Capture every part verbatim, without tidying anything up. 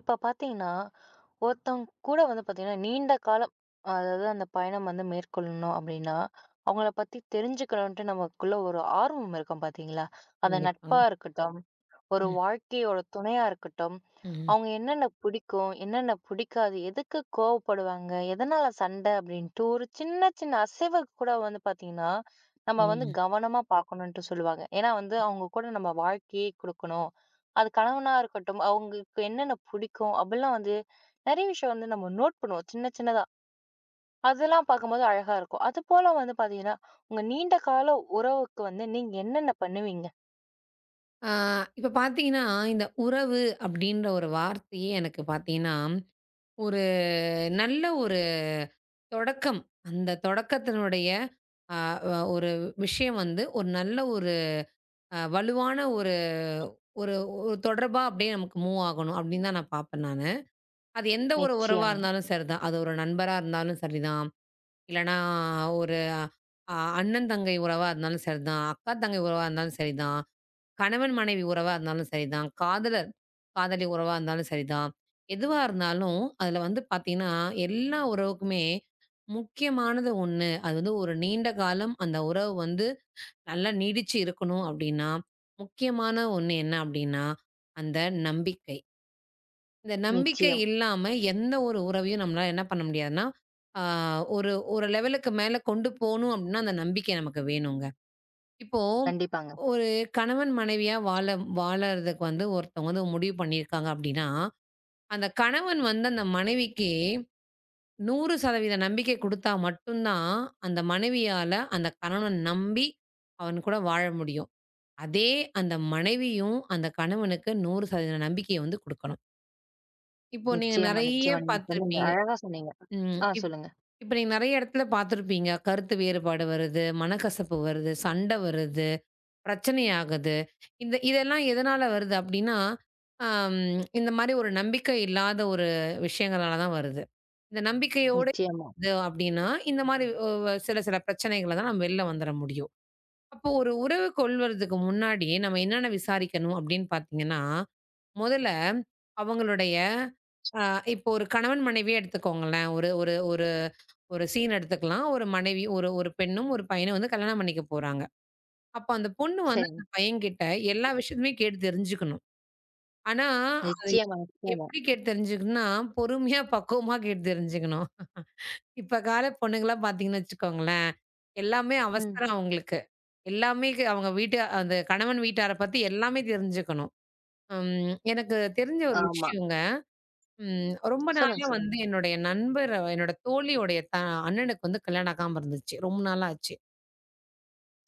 இப்ப பார்த்தீங்கன்னா, ஒருத்தவங்க கூட வந்து பார்த்தீங்கன்னா, நீண்ட காலம் அதாவது அந்த பயணம் வந்து மேற்கொள்ளணும் அப்டின்னா, அவங்கள பத்தி தெரிஞ்சுக்கணுன்ட்டு நமக்குள்ள ஒரு ஆர்வம் இருக்கும் பார்த்தீங்களா? அது நட்பா கண்டிப்பாங்க. ஆமா. இருக்கட்டும், ஒரு ம். வாழ்க்கையோட துணையா இருக்கட்டும். ம். அவங்க என்னென்ன பிடிக்கும், என்னென்ன பிடிக்காது, எதுக்கு கோவப்படுவாங்க, எதனால சண்டை அப்படின்ட்டு ஒரு சின்ன சின்ன அசைவு கூட வந்து பார்த்தீங்கன்னா, நம்ம வந்து ம். கவனமா பார்க்கணுன்ட்டு சொல்லுவாங்க. ஏன்னா வந்து அவங்க கூட நம்ம வாழ்க்கையே குடுக்கணும். அது கணவனா இருக்கட்டும், அவங்களுக்கு என்னென்ன பிடிக்கும் அப்படிலாம் வந்து நெறைய விஷயம் வந்து நம்ம நோட் பண்ணுவோம் சின்ன சின்னதா. அதெல்லாம் பார்க்கும்போது அழகா இருக்கும். அதுபோல வந்து பார்த்தீங்கன்னா, உங்க நீண்ட கால உறவுக்கு வந்து நீங்க என்னென்ன பண்ணுவீங்க? ஆ இப்ப பார்த்தீங்கன்னா, இந்த உறவு அப்படின்ற ஒரு வார்த்தையே எனக்கு பார்த்தீங்கன்னா, ஒரு நல்ல ஒரு தொடக்கம். அந்த தொடக்கத்தினுடைய அ வ ஒரு விஷயம் வந்து ஒரு நல்ல ஒரு அ வலுவான ஒரு ஒரு ஒரு தொடர்பா அப்படியே நமக்கு மூவ் ஆகணும் அப்படின்னு தான் நான் பார்ப்பேன் நானு. அது எந்த ஒரு உறவா நிச்சயமா, இருந்தாலும் சரிதான். அது ஒரு நண்பரா இருந்தாலும் சரிதான். இல்லன்னா ஒரு அ அண்ணன் தங்கை உறவா இருந்தாலும் சரிதான். அக்கா தங்கை உறவா இருந்தாலும் சரிதான். கணவன் மனைவி உறவா இருந்தாலும் சரிதான். காதலர், காதலி உறவா இருந்தாலும் சரிதான். எதுவா இருந்தாலும், அதுல வந்து பாத்தீங்கன்னா, எல்லா உறவுக்குமே முக்கியமானது ஒண்ணு. அது வந்து ஒரு நீண்ட காலம் அந்த உறவு வந்து நல்லா நீடிச்சு இருக்கணும் அப்டின்னா, முக்கியமான ஒண்ணு என்ன அப்டின்னா, அந்த நம்பிக்கை. இந்த நம்பிக்கை நிச்சயம். இல்லாம எந்த ஒரு உறவையும் நம்மளால என்ன பண்ண முடியாதுன்னா, ஆ ஒரு ஒரு லெவலுக்கு மேல கொண்டு போணும் அப்டின்னா, அந்த நம்பிக்கை நமக்கு வேணுங்க. இப்போ கண்டிப்பாங்க. ஒரு கணவன் மனைவியா வாழ வாழறதுக்கு வந்து ஒருத்தவங்க வந்து முடிவு பண்ணியிருக்காங்க அப்படின்னா, அந்த கணவன் வந்து அந்த மனைவிக்கு நூறு சதவீதம் நம்பிக்கை குடுத்தா மட்டும்தான், அந்த மனைவியால அந்த கணவன நம்பி அவன் கூட வாழ முடியும். அதே அந்த மனைவியும் அந்த கணவனுக்கு நூறு சதவீதம் நம்பிக்கைய வந்து குடுக்கணும். இப்போ நீங்க நிச்சயமா, நெறைய நிச்சயமா. நீங்க சொன்னீங்க. பார்த்துருப்பீங்க. அழகா சொன்னீங்க. ம். ஆ இப் சொல்லுங்க. இப்ப நீங்க நெறைய இடத்துல பார்த்துருப்பீங்க. கருத்து வேறுபாடு வருது, மனக்கசப்பு வருது, சண்ட வருது. பிரச்சனை ஆகுது. இந்த இதெல்லாம் எதனால வருது அப்டின்னா, அம் இந்த மாரி ஒரு நம்பிக்கை இல்லாத ஒரு விஷயங்களால தான் வருது. இந்த நம்பிக்கையோட நிச்சயமா. இது அப்டின்னா, இந்த மாரி ஒ வ சில சில பிரச்சனைகள தான் நம்ம வெளில வந்துர முடியும். அப்போ ஒரு உறவு கொள்வதற்கு முன்னாடி நம்ம என்னென்ன விசாரிக்கணும் அப்டின்னு பார்த்தீங்கன்னா, முதல்ல அவங்களுடைய அ இப்போ ஒரு கணவன் மனைவியே எடுத்துக்கோங்களேன். ஒரு ஒரு ஒரு ஒரு சீன் எடுத்துக்கலாம். ஒரு மனைவி ஒரு ஒரு பெண்ணும், ஒரு பையனும் வந்து கல்யாணம் பண்ணிக்க போறாங்க. அப்ப அந்த பொண்ணு வந்து சரிங்க. அந்த பையன்கிட்ட எல்லா விஷயத்தையுமே கேட்டு தெரிஞ்சுக்கணும். ஆனா, அது நிச்சயமா, நிச்சயமா. எப்படி கேட்டு தெரிஞ்சுக்கணும்னா, பொறுமையா, பக்குவமா கேட்டு தெரிஞ்சுக்கணும். இப்ப கால பொண்ணுங்கலாம் பார்த்தீங்கன்னு வச்சுக்கோங்களேன், எல்லாமே ம். அவசரம் அவங்களுக்கு. எல்லாமே க அவங்க வீட்டு அந்த கணவன் வீட்டார பத்தி எல்லாமே தெரிஞ்சுக்கணும். ம் எனக்கு தெரிஞ்ச ஒரு ஆமா. விஷயங்க. ம் ரொம்ப சொல்லுங்க, நாளா சொல்லுங்க. வந்து என்னுடைய நண்பர், என்னோட தோழியுடைய த அண்ணனுக்கு வந்து கல்யாணம் ஆகாம இருந்துச்சு. ரொம்ப நாளா ஆச்சு.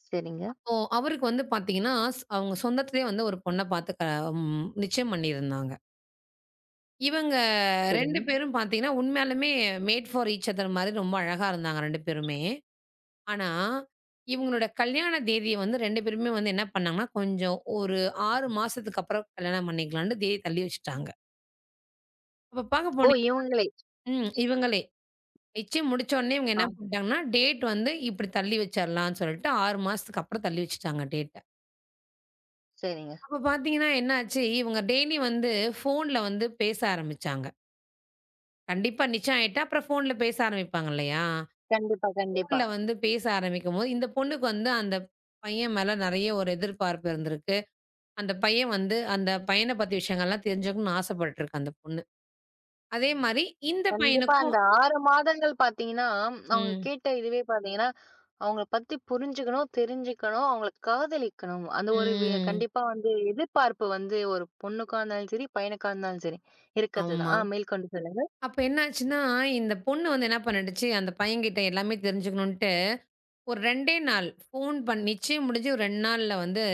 சரிங்க, ஓ! அவருக்கு வந்து பார்த்தீங்கன்னா, ஸ் அவங்க சொந்தத்திலேயே வந்து ஒரு பொண்ண பார்த்து க ம் நிச்சயம் பண்ணியிருந்தாங்க. இவங்க ரெண்டு சரிங்க. பேரும் பார்த்தீங்கன்னா, உண்மையாலுமே மேட் ஃபார் ஈச் அதர் மாரி ரொம்ப அழகா இருந்தாங்க ரெண்டு பேருமே. ஆனா, இவங்களோட கல்யாண தேதிய வந்து ரெண்டு பேருமே வந்து என்ன பண்ணாங்கன்னா, கொஞ்சம் ஒரு ஆறு மாசத்துக்கு அப்புறம் கல்யாணம் பண்ணிக்கலான்ட்டு தேதி தள்ளி வச்சுட்டாங்க. அப்ப பார்க்க ஓ! போனீ இவங்களே. ம். இவங்களே. நிச்சயம் முடிச்ச உடனே இவங்க ஆ என்ன பண்ணிட்டாங்கன்னா, டேட் வந்து இப்படி தள்ளி வச்சிரலாம்ன்னு சொல்லிட்டு ஆறு மாசத்துக்கு அப்புறம் தள்ளி வச்சுட்டாங்க டேட்ட. சரிங்க. அப்ப பார்த்தீங்கன்னா, என்ன ஆச்சு, இவங்க டெய்லி வந்து ஃபோன்ல வந்து பேச ஆரம்பிச்சாங்க. கண்டிப்பா நிச்சயம் ஆயிட்டா, அப்புறம் ஃபோன்ல பேச ஆரம்பிப்பாங்க இல்லையா? கண்டிப்பா, கண்டிப்பா. ஃபோன்ல வந்து பேச ஆரம்பிக்கும்போது, இந்த பொண்ணுக்கு வந்து அந்த பையன் மேல நெறைய ஒரு எதிர்பார்ப்பு இருந்திருக்கு. அந்த பையன் வந்து அந்த பையன பத்தி விஷயங்கள்லாம் தெரிஞ்சுக்கணும்னு ஆசைப்பட்டுருக்கு அந்த பொண்ணு. அதே மாரி இந்த கண்டிப்பா பையனுக்கும் அந்த ஆறு மாதங்கள் பார்த்தீங்கன்னா, அவங்க ம், கேட்ட இதுவே பார்த்தீங்கன்னா, அவங்கள பத்தி புரிஞ்சுக்கணும், தெரிஞ்சுக்கணும், அவங்கள காதலிக்கணும். அந்த ஒரு வி ம். கண்டிப்பா வந்து எதிர்பார்ப்பு வந்து ஒரு பொண்ணுக்கா இருந்தாலும் சரி, பையனுக்கா இருந்தாலும் சரி, இருக்கிறது தான். ஆமா. ஆ மேற்கொண்டு சொல்லுங்க. அப்ப என்ன ஆச்சுன்னா, இந்த பொண்ணு வந்து என்ன பண்ணிடுச்சு, அந்த பையன்கிட்ட எல்லாமே தெரிஞ்சுக்கணுன்ட்டு ஒரு ரெண்டு நாள் ஃபோன் பண்ணி நிச்சயம் முடிஞ்சு ஒரு ரெண்டு நாள்ல வந்து,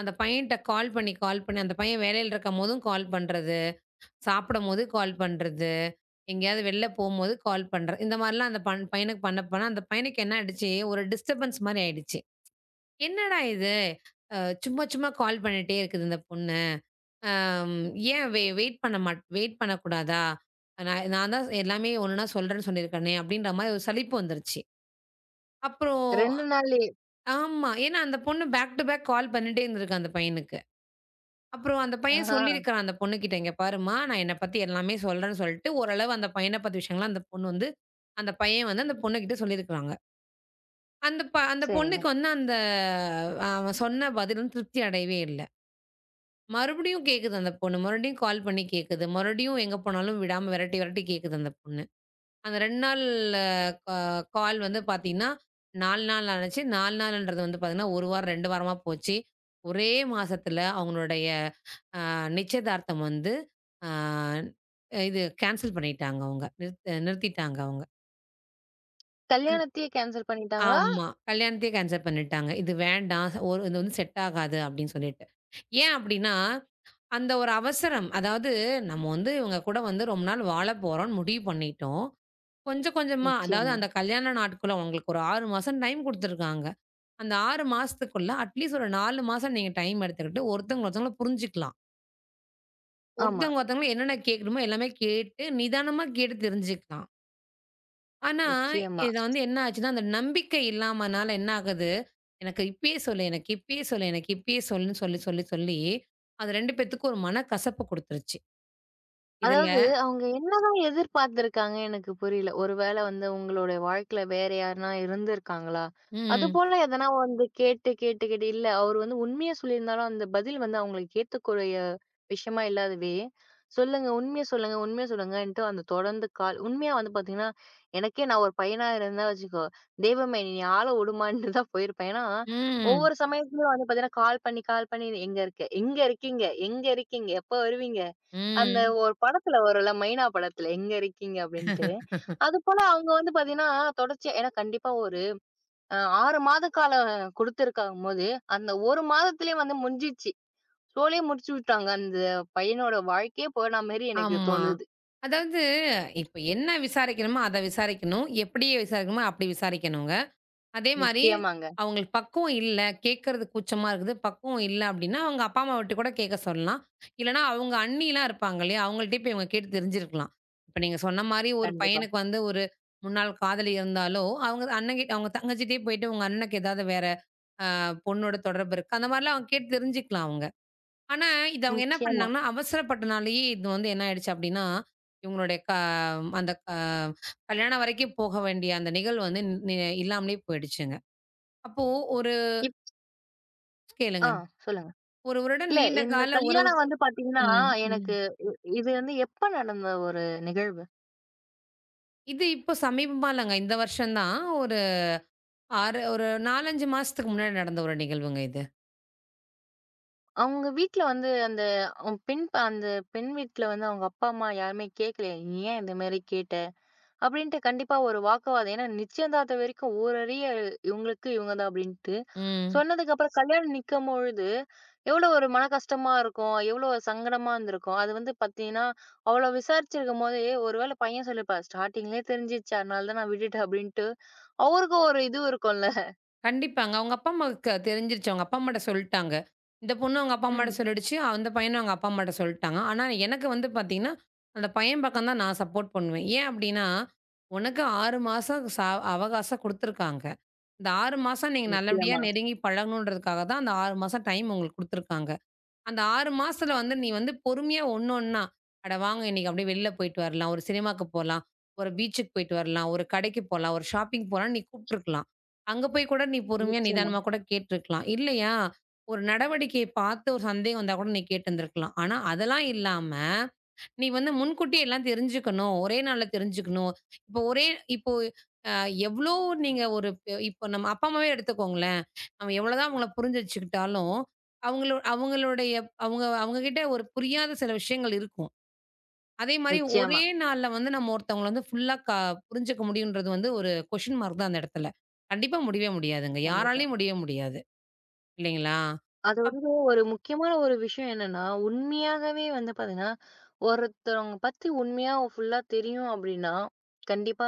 அந்த பையன்ட்ட கால் பண்ணி, கால் பண்ணி அந்த பையன் வேலையில இருக்கும்போதும் கால் பண்றது, சாப்பிடும்போது கால் பண்றது, எங்கேயாவது வெளில போம்போது கால் பண்ற இந்த மாரிலாம் அந்த பண் பையனுக்கு பண்ண பண்ண அந்த பையனுக்கு என்ன ஆயிடுச்சு, ஒரு டிஸ்டர்பன்ஸ் மாரி ஆயிடுச்சு. என்னடா இது! அ சும்மா சும்மா கால் பண்ணிட்டே இருக்குது இந்த பொண்ணு. அம் ஏன் வெ வெயிட் பண்ண மாட் வெயிட் பண்ணக்கூடாதா? நான் நான் தான் எல்லாமே ஒண்ணொன்னா சொல்றேன்னு சொல்லியிருக்கேனே! அப்படின்ற மாரி ஒரு சலிப்பு வந்துருச்சு. அப்புறம் ரெண்டு நாள்லயே ஆமா. ஏன்னா அந்த பொண்ணு பேக் டு பேக் கால் பண்ணிட்டே இருந்திருக்கு அந்த பையனுக்கு. அப்புறம் அந்த ஆ பையன் சொல்லியிருக்கிறான் அந்த பொண்ணுகிட்ட, "இங்க பாரும்மா, நான் என்ன பத்தி எல்லாமே சொல்றேன்னு" சொல்லிட்டு, ஓரளவு அந்த பையன பத்தி விஷயங்கள்லாம் அந்த பொண்ணு வந்து அந்த பையன் வந்து அந்த பொண்ணுகிட்ட சொல்லியிருக்கிறாங்க. அந்த ப அந்த சரிங்க. பொண்ணுக்கு வந்து அந்த அஹ், அவன் சொன்ன பதில் வந்து திருப்தி அடையவே இல்ல. மறுபடியும் கேட்குது அந்த பொண்ணு. மறுபடியும் கால் பண்ணி கேட்குது. மறுபடியும் எங்க போனாலும் விடாம விரட்டி, விரட்டி கேட்குது அந்த பொண்ணு. அந்த ரெண்டு நாள் கா கால் வந்து பார்த்தீங்கன்னா, நாலு நாள் ஆனுச்சு. நாலு நாள்ன்றது வந்து பார்த்தீங்கன்னா, ஒரு வாரம் ரெண்டு வாரமா போச்சு. ஒரே மாசத்துல அவங்களுடைய அ நிச்சயதார்த்தம் வந்து அ இது கேன்சல் பண்ணிட்டாங்க அவங்க. நிறுத் நிறுத்திட்டாங்க அவங்க. அந் கல்யாணத்தையே கேன்சல் பண்ணிட்டாங்களா? ஆமா. கல்யாணத்தையே கேன்சல் பண்ணிட்டாங்க. இது வேண்டாம். ச- ஒரு இது வந்து செட் ஆகாது அப்படின்னு சொல்லிட்டு. ஏன் அப்படின்னா, அந்த ஒரு அவசரம். அதாவது நம்ம வந்து இவங்க கூட வந்து ரொம்ப நாள் வாழ போறோம்னு முடிவு பண்ணிட்டோம். கொஞ்சம் கொஞ்சமா, அதாவது நிச்சயமா. அந்த கல்யாண நாட்குள்ள உங்களுக்கு ஒரு ஆறு மாசம் டைம் குடுத்துருக்காங்க. அந்த ஆறு மாசத்துக்குள்ள அட்லீஸ்ட் ஒரு நாலு மாசம் நீங்க டைம் எடுத்துக்கிட்டு, ஒருத்தவங்க ஒருத்தவங்கள புரிஞ்சுக்கலாம். ஆமா. ஒருத்தவங்க ஒருத்தவங்கள என்னென்ன கேட்கணுமோ எல்லாமே கேட்டு, நிதானமா கேட்டு தெரிஞ்சுக்கலாம். ஆனா, நிச்சயமா. இத வந்து என்ன ஆச்சுன்னா, அந்த நம்பிக்கை இல்லாமனால என்ன ஆகுது, எனக்கு இப்பயே சொல்லு, எனக்கு இப்பயே சொல்லு, எனக்கு இப்பயே சொல்லுன்னு சொல்லி, சொல்லி, சொல்லி அது ரெண்டு பேத்துக்கும் ஒரு மனக்கசப்பு குடுத்துருச்சு. இதுல அதாவது, அவங்க என்னதான் எதிர்பார்த்திருக்காங்க எனக்கு புரியல. ஒருவேளை வந்து உங்களுடைய வாழ்க்கையில வேற யாருனா இருந்திருக்காங்களா? ம், அதுபோல எதனா வந்து கேட்டு, கேட்டு, கேட்டு இல்ல அவரு வந்து உண்மைய சொல்லியிருந்தாலும், அந்த பதில் வந்து அவங்களுக்கு ஏத்துக்கூடிய விஷயமா இல்லாதவே, "சொல்லுங்க, உண்மைய சொல்லுங்க, உண்மைய சொல்லுங்கன்ட்டு" அந்த தொடர்ந்து கால் உண்மையா வந்து பார்த்தீங்கன்னா, எனக்கே நான் ஒரு பையனா இருந்தா வச்சுக்கோ, "தெய்வமே நீ ஆள விடுமான்ட்டு" தான் போயிருப்பேன். ஏன்னா, ம், ஒவ்வொரு சமயத்துலயும் வந்து பார்த்தீங்கன்னா, கால் பண்ணி, கால் பண்ணி "எங்க இருக்க? எங்க இருக்கீங்க? எங்க இருக்கீங்க? எப்போ வருவீங்க? அந்த ம். ஒரு படத்துல வரும்ல, மைனா படத்துல எங்க இருக்கீங்க?" அப்படின்ட்டு. அதுபோல அவங்க வந்து பாத்தீங்கன்னா, தொடர்ச்சியா ஏன்னா கண்டிப்பா ஒரு அ ஆறு மாத காலம் குடுத்திருக்கும்போது, அந்த ஒரு மாதத்திலயே வந்து முடிஞ்சிருச்சு. ஷோலயே முடிச்சு விட்டாங்க. அந்த பையனோட வாழ்க்கையே போன மாரி எனக்கு ஆமா. தோணுது. அதாவது இப்ப என்ன விசாரிக்கணுமோ, அத விசாரிக்கணும். எப்படி விசாரிக்கணுமோ, அப்படி விசாரிக்கணுங்க. அதே மாரி நிச்சயமாங்க. அவங்களுக்கு பக்குவம் இல்ல, கேட்கறது கூச்சமா இருக்குது. பக்குவம் இல்ல அப்படின்னா, அவங்க அப்பா, அம்மாவட்ட கூட கேட்க சொல்லலாம். இல்லன்னா அவங்க அண்ணிலாம் இருப்பாங்க இல்லையா? அவங்கள்ட்டயே போய் இவங்க கேட்டு தெரிஞ்சிருக்கலாம். இப்ப நீங்க சொன்ன மாரி ஒரு கண்டிப்பா. பையனுக்கு வந்து ஒரு முன்னாள் காதலி இருந்தாலோ, அவங்க அண்ணங்கிட்ட அவங்க தங்கச்சிட்டயே போயிட்டு, உங்க அண்ணனுக்கு ஏதாவது வேற அ பொண்ணோட தொடர்பு இருக்கு. அந்த மாரிலாம் அவங்க கேட்டு தெரிஞ்சுக்கலாம் அவங்க. ஆனா, இது அவங்க என்ன நிச்சயமா. பண்ணாங்கன்னா, அவசரப்பட்டனாலேயே இது வந்து என்ன ஆயிடுச்சு அப்டின்னா, இவங்களுடைய க அந்த க கல்யாணம் வரைக்கும் போக வேண்டிய அந்த நிகழ்வு வந்து நி இல்லாமலே போயிடுச்சுங்க. அப்போ ஒரு இப் ஆ கேளுங்க. சொல்லுங்க. ஒருவருடன் இல்ல நீண்ட இந்த கால உறவு கல்யாணம் வந்து பாத்தீங்கன்னா, ம், ம். எனக்கு இது வந்து எப்ப நடந்த ஒரு நிகழ்வு? இது இப்போ சமீபமா இல்லங்க. இந்த வருஷம் தான் ஒரு ஆறு ஒரு நான்கு, அஞ்சு மாசத்துக்கு முன்னாடி நடந்த ஒரு நிகழ்வுங்க இது. அவங்க வீட்ல வந்து அந்த அம் பெண் ப அந்த பெண் வீட்ல வந்து அவங்க அப்பா, அம்மா யாருமே கேட்கல. "நீ ஏன் இந்த மாரி கேட்ட?" அப்படின்ட்டு கண்டிப்பா ஒரு வாக்குவாதம். ஏன்னா நிச்சயதார்த்தம் வரைக்கும் ஊரறிய இவங்களுக்கு இவங்க தான் அப்படின்ட்டு. ம். சொன்னதுக்கப்புறம் கல்யாணம் நிக்கும்பொழுது எவ்வளோ ஒரு மன கஷ்டமா இருக்கும். எவ்வளோ ஒரு சங்கடமா இருந்திருக்கும். அது வந்து பார்த்தீங்கன்னா, அவ்வளோ விசாரிச்சிருக்கும்போது ஒருவேளை பையன் சொல்லியிருப்பான், "ஸ்டார்ட்டிங்லயே தெரிஞ்சிருச்சு. அதனால தான் நான் விட்டுட்டேன்" அப்படின்ட்டு. அவருக்கும் ஒரு இது இருக்கும்ல. கண்டிப்பாங்க. அவங்க அப்பா அம்மாவுக்கு தெரிஞ்சிருச்சு. அவங்க அப்பா அம்மாட்ட சொல்ட்டாங்க. இந்த பொண்ணு அவங்க அப்பா அம்மாட்ட ம். சொல்லிடுச்சு. அந்த பையனும் அவங்க அப்பா அம்மாட்ட சொல்ட்டாங்க. ஆனா, எனக்கு வந்து பார்த்தீங்கன்னா, அந்த பையன் பக்கம் தான் நான் சப்போர்ட் பண்ணுவேன். ஏன் அப்டின்னா, உனக்கு ஆறு மாசம் ச அவகாசம் குடுத்துருக்காங்க. இந்த ஆறு மாசம் நீங்க நல்லபடியா நிச்சயமா, நெருங்கி பழகணுன்றதுக்காக தான் அந்த ஆறு மாசம் டைம் உங்களுக்கு குடுத்துருக்காங்க. அந்த ஆறு மாசத்துல வந்து நீ வந்து பொறுமையா ஒண்ணு ஒண்ணா, "அட வாங்க இன்னைக்கு அப்படியே வெளில போயிட்டு வரலாம். ஒரு சினிமாக்கு போலாம். ஒரு பீச்சுக்கு போயிட்டு வரலாம். ஒரு கடைக்கு போலாம். ஒரு ஷாப்பிங் போலாம்ன்னு" நீ கூப்ட்டுருக்கலாம். அங்க போய் கூட நீ பொறுமையா நிச்சயமா, நிதானமா கூட கேட்டுருக்கலாம். இல்லையா, ஒரு நடவடிக்கைய பார்த்து ஒரு சந்தேகம் வந்தா கூட நீ கேட்டிருந்துருக்கலாம். ஆனா அதெல்லாம் இல்லாம நீ வந்து முன்கூட்டியே எல்லாம் தெரிஞ்சுக்கணும். ஒரே நாள்ல தெரிஞ்சுக்கணும். இப்போ ஒரே இப்போ அ எவ்ளோ நீங்க ஒரு பெ இப்போ நம்ம அப்பா அம்மாவே எடுத்துக்கோங்களேன். நம்ம எவ்வளோதான் அவங்கள புரிஞ்சு வச்சுக்கிட்டாலும், அவங்களோ அவங்களுடைய அவங்க அவங்க கிட்ட ஒரு புரியாத சில விஷயங்கள் இருக்கும். அதே மாரி நிச்சயமா. ஒரே நாள்ல வந்து நம்ம ஒருத்தவங்கள வந்து ஃபுல்லா க புரிஞ்சுக்க முடியுன்றது வந்து ஒரு கொஸ்டின் மார்க் தான் அந்த இடத்துல. கண்டிப்பா முடியவே முடியாதுங்க. கண்டிப்பா. யாராலயும் முடியவே முடியாது. இல்லைங்களா? அது அப் வந்து ஒரு முக்கியமான ஒரு விஷயம் என்னன்னா, உண்மையாகவே வந்து பார்த்தீங்கன்னா, ஒருத்தவங்க பத்தி உண்மையா ஃபுல்லா தெரியும் அப்படின்னா, கண்டிப்பா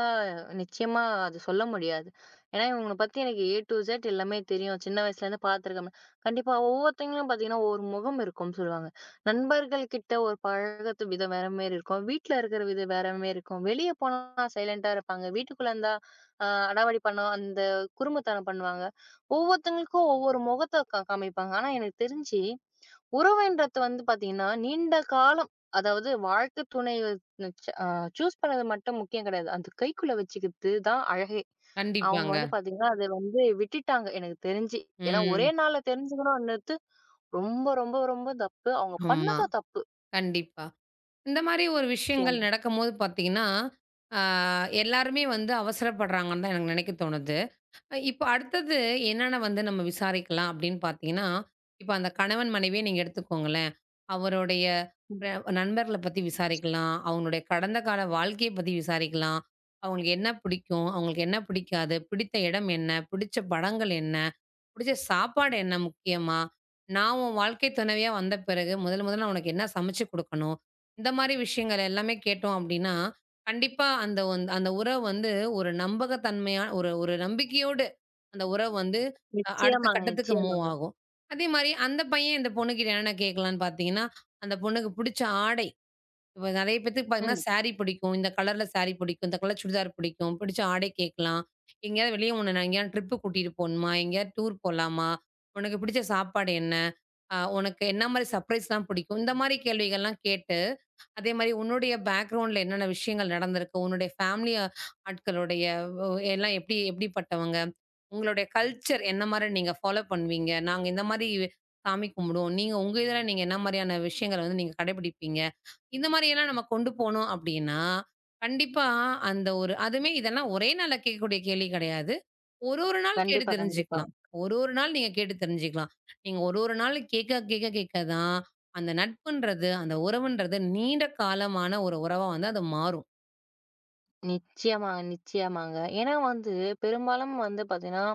நிச்சயமா அது சொல்ல முடியாது. ஏன்னா, இவங்கள பத்தி எனக்கு ஏ டூ இசட் எல்லாமே தெரியும். சின்ன வயசுலேருந்து பார்த்துருக்கேன். கண்டிப்பா ஒவ்வொருத்தங்களும் பார்த்தீங்கன்னா, ஒரு முகம் இருக்கும்னு சொல்லுவாங்க. நண்பர்கள் கிட்ட ஒரு பழகத்து விதம் வேற மாரி இருக்கும். வீட்ல இருக்கிற விதம் வேற மாரி இருக்கும். வெளிய போனா சைலன்ட்டா இருப்பாங்க. வீட்டுக்குள்ள இருந்தா அ அடாவடி பண்ண அந்த குறும்புத்தனம் பண்ணுவாங்க. ஒவ்வொருத்தவங்களுக்கும் ஒவ்வொரு முகத்த கா காமிப்பாங்க. ஆனா எனக்கு தெரிஞ்சு, உறவுன்றது வந்து பார்த்தீங்கன்னா, நீண்ட காலம் அதாவது வாழ்க்கை துணைய நச்ச அ சூஸ் பண்ணது மட்டும் முக்கியம் கிடையாது. அது கைக்குள்ள வச்சுக்கிறது தான் அழகே! அவங்க கண்டிப்பாங்க. வந்து பார்த்தீங்கன்னா, அத வந்து விட்டுட்டாங்க எனக்கு தெரிஞ்சு. ஏன்னா ஒரே ம். நாள்ல தெரிஞ்சுக்கணும்ன்றது ரொம்ப, ரொம்ப, ரொம்ப தப்பு. அவங்க ஆமா. பண்ணதும் தப்பு. கண்டிப்பா. இந்த மாரி ஒரு விஷயங்கள் நிச்சயமா. நடக்கும்போது பார்த்தீங்கன்னா, ஆ எல்லாருமே வந்து அவசரப்படுறாங்கன்னு தான் எனக்கு நினைக்க தோணுது. இப்ப அடுத்தது என்னென்ன வந்து நம்ம விசாரிக்கலாம் அப்படின்னு பார்த்தீங்கன்னா, இப்ப அந்த கணவன் மனைவியே நீங்க எடுத்துக்கோங்களேன். அவருடைய ம். அ நண்பர்கள பத்தி விசாரிக்கலாம். அவங்களுடைய கடந்த கால வாழ்க்கைய பத்தி விசாரிக்கலாம். அவங்களுக்கு என்ன பிடிக்கும்? அவங்களுக்கு என்ன பிடிக்காது? பிடித்த இடம் என்ன? பிடிச்ச படங்கள் என்ன? புடிச்ச சாப்பாடு என்ன முக்கியமா? நான் உன் வாழ்க்கை துணைவியா வந்த பிறகு, முதல் முதல்ல நான் உனக்கு என்ன சமைச்சு குடுக்கணும்? இந்த மாரி விஷயங்கள் எல்லாமே கேட்டோம் அப்டின்னா, கண்டிப்பா அந்த வந் அந்த உறவு வந்து ஒரு நம்பகத்தன்மையா ஒரு ஒரு நம்பிக்கையோடு அந்த உறவு வந்து அ அடுத்த நிச்சயமாங்க, கட்டத்துக்கு மூவ் நிச்சயமாங்க. ஆகும். அதே மாரி அந்த பையன் இந்த பொண்ணுகிட்ட என்னென்ன கேட்கலான்னு பார்த்தீங்கன்னா, அந்த பொண்ணுக்கு புடிச்ச ஆடை. இப்ப நெறைய பேத்துக்கு பார்த்தீங்கன்னா, ம். சாரி பிடிக்கும். இந்த கலர்ல சாரி பிடிக்கும். இந்த கலர் சுடிதார் பிடிக்கும். பிடிச்ச ஆடை கேட்கலாம். எங்கேயாவது வெளிய உன்ன நான் எங்கேயாவது ட்ரிப்பு கூட்டிட்டு போணுமா? எங்கேயாவது டூர் போலாமா? உனக்கு பிடிச்ச சாப்பாடு என்ன? அ உனக்கு என்ன மாரி சர்ப்ரைஸ்லாம் பிடிக்கும்? இந்த மாரி கேள்விகள்லாம் கேட்டு அதே மாரி உன்னுடைய பேக்ரவுண்ட்ல என்னென்ன விஷயங்கள் நடந்திருக்கு? உன்னுடைய ஃபேமிலி ஆட்களுடைய வ் எல்லாம் எப்டி எப்டிப்பட்டவங்க? உங்களுடைய கல்ச்சர் என்ன மாரி நீங்க ஃபாலோ பண்ணுவீங்க? நாங்க இந்த மாரி சாமி கும்பிடுவோம். நீங்க உங்க இதுல நீங்க என்ன மாரியான விஷயங்கள வந்து நீங்க கடைபிடிப்பீங்க? இந்த மாரியெல்லாம் நம்ம கொண்டு போனோம் அப்டின்னா, கண்டிப்பா அந்த ஒரு அதுவுமே இதெல்லாம் ஒரே நாள்ல கேட்கக்கூடிய கேள்வி கிடையாது. ஒரு ஒரு நாள் கேட்டு கண்டிப்பா, கண்டிப்பா. தெரிஞ்சுக்கலாம். ஒரு ஒரு நாள் நீங்க கேட்டு தெரிஞ்சுக்கலாம். நீங்க ஒரு ஒரு நாள் கேட்க கேட்க கேட்க தான் அந்த நட்புன்றது, அந்த உறவுன்றது நீண்ட காலமான ஒரு உறவா வந்து அது மாறும். நிச்சயமாங்க, நிச்சயமாங்க. ஏன்னா வந்து பெரும்பாலும் வந்து பார்த்தீங்கன்னா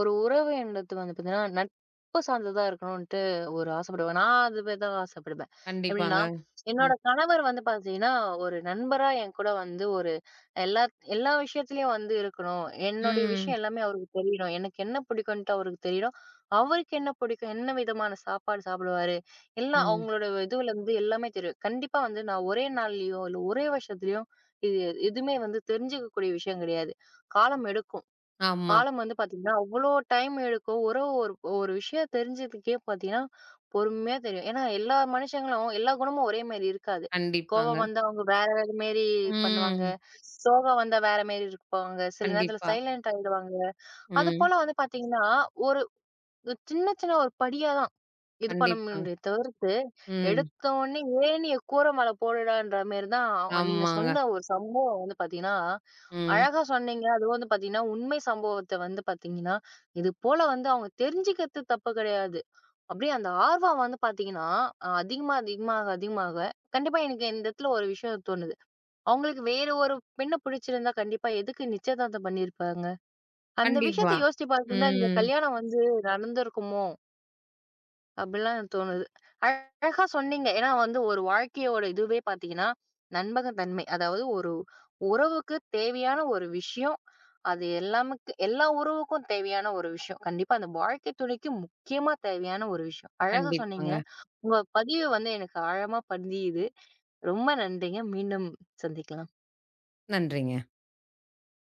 ஒரு உறவு என்பது வந்து பார்த்தீங்கன்னா, நட்பு சார்ந்ததா இருக்கணுன்ட்டு ஒரு ஆசைப்படுவேன். நான் அதுதான் ஆசைப்படுவேன். கண்டிப்பாங்க. எப்படின்னா, என்னோட ம். கணவர் வந்து பார்த்தீங்கன்னா, ஒரு நண்பரா என் கூட வந்து ஒரு எல்லா எல்லா விஷயத்துலயும் வந்து இருக்கணும். என்னுடைய ம். விஷயம் எல்லாமே அவருக்கு தெரியணும். எனக்கு என்ன பிடிக்குன்ட்டு அவருக்கு தெரியணும். அவருக்கு என்ன பிடிக்கும், என்ன விதமான சாப்பாடு சாப்பிடுவாரு, எல்லாம் ம். அவங்களோட இதுவுலருந்து எல்லாமே தெரியும். கண்டிப்பா வந்து நான் ஒரே நாள்லயோ, இல்ல ஒரே வருஷத்துலயோ இது எதுவுமே வந்து தெரிஞ்சுக்கக்கூடிய விஷயம் கிடையாது. காலம் எடுக்கும். ஆமா. காலம் வந்து பாத்தீங்கன்னா, அவ்ளோ டைம் எடுக்கும். ஒரு ஒரு ஒரு விஷயம் தெரிஞ்சதுக்கே பாத்தீங்கன்னா, பொறுமையா தெரியும். ஏன்னா எல்லா மனுஷங்களும் எல்லா குணமும் ஒரே மாரி இருக்காது. கண்டிப்பாங்க. கோவம் வந்தா அவங்க வேற வேற மாரி பண்ணுவாங்க. ம். சோகம் வந்தா வேற மாரி இருப்பாங்க. சில நேரத்துல கண்டிப்பா. சைலன்ட் ஆயிடுவாங்க. அது ம். போல வந்து பாத்தீங்கன்னா, ஒரு சின்ன சின்ன ஒரு படியா தான் இது பண்ண கண்டிப்பாங்க. முடியுமே தவிர்த்து, ம். எடுத்த உடனே "ஏணிய கூரை மேல போடுடான்ற" மாரி தான் அவ- நீங்க ஆமாங்க. சொன்ன ஒரு சம்பவம் வந்து பாத்தீங்கன்னா ம். அழகா சொன்னீங்க. அதுவும் வந்து பார்த்தீங்கன்னா, உண்மை சம்பவத்த வந்து பார்த்தீங்கன்னா, இது போல வந்து அவங்க தெரிஞ்சுக்கிறது தப்பு கிடையாது. அப்படியே அந்த ஆர்வம் வந்து பார்த்தீங்கன்னா, அ அதிகமா, அதிகமாக, அதிகமாக கண்டிப்பா எனக்கு இந்த இடத்துல ஒரு விஷயம் தோணுது. அவங்களுக்கு வேற ஒரு பெண்ண பிடிச்சிருந்தா கண்டிப்பா எதுக்கு நிச்சயதார்த்தம் பண்ணியிருப்பாங்க? அந்த விஷயத்த கண்டிப்பா. யோசிச்சு பார்த்துருந்தா இந்த ம். கல்யாணம் வந்து நடந்திருக்குமோ? அப்படிலாம் எனக்கு தோணுது. அழகா சொன்னீங்க. ஏன்னா வந்து ஒரு வாழ்க்கையோட இதுவே பார்த்தீங்கன்னா, நம்பகத்தன்மை. அதாவது ஒரு உறவுக்கு தேவையான ஒரு விஷயம். அது எல்லாமுக்கு எல்லா உறவுக்கும் தேவையான ஒரு விஷயம். கண்டிப்பா அந்த வாழ்க்கை துணைக்கு முக்கியமா தேவையான ஒரு விஷயம். அழகா சொன்னீங்க. கண்டிப்பாங்க. உங்க பதிவு வந்து எனக்கு ஆழமா பதியுது. ரொம்ப நன்றிங்க. மீண்டும் சந்திக்கலாம். நன்றிங்க.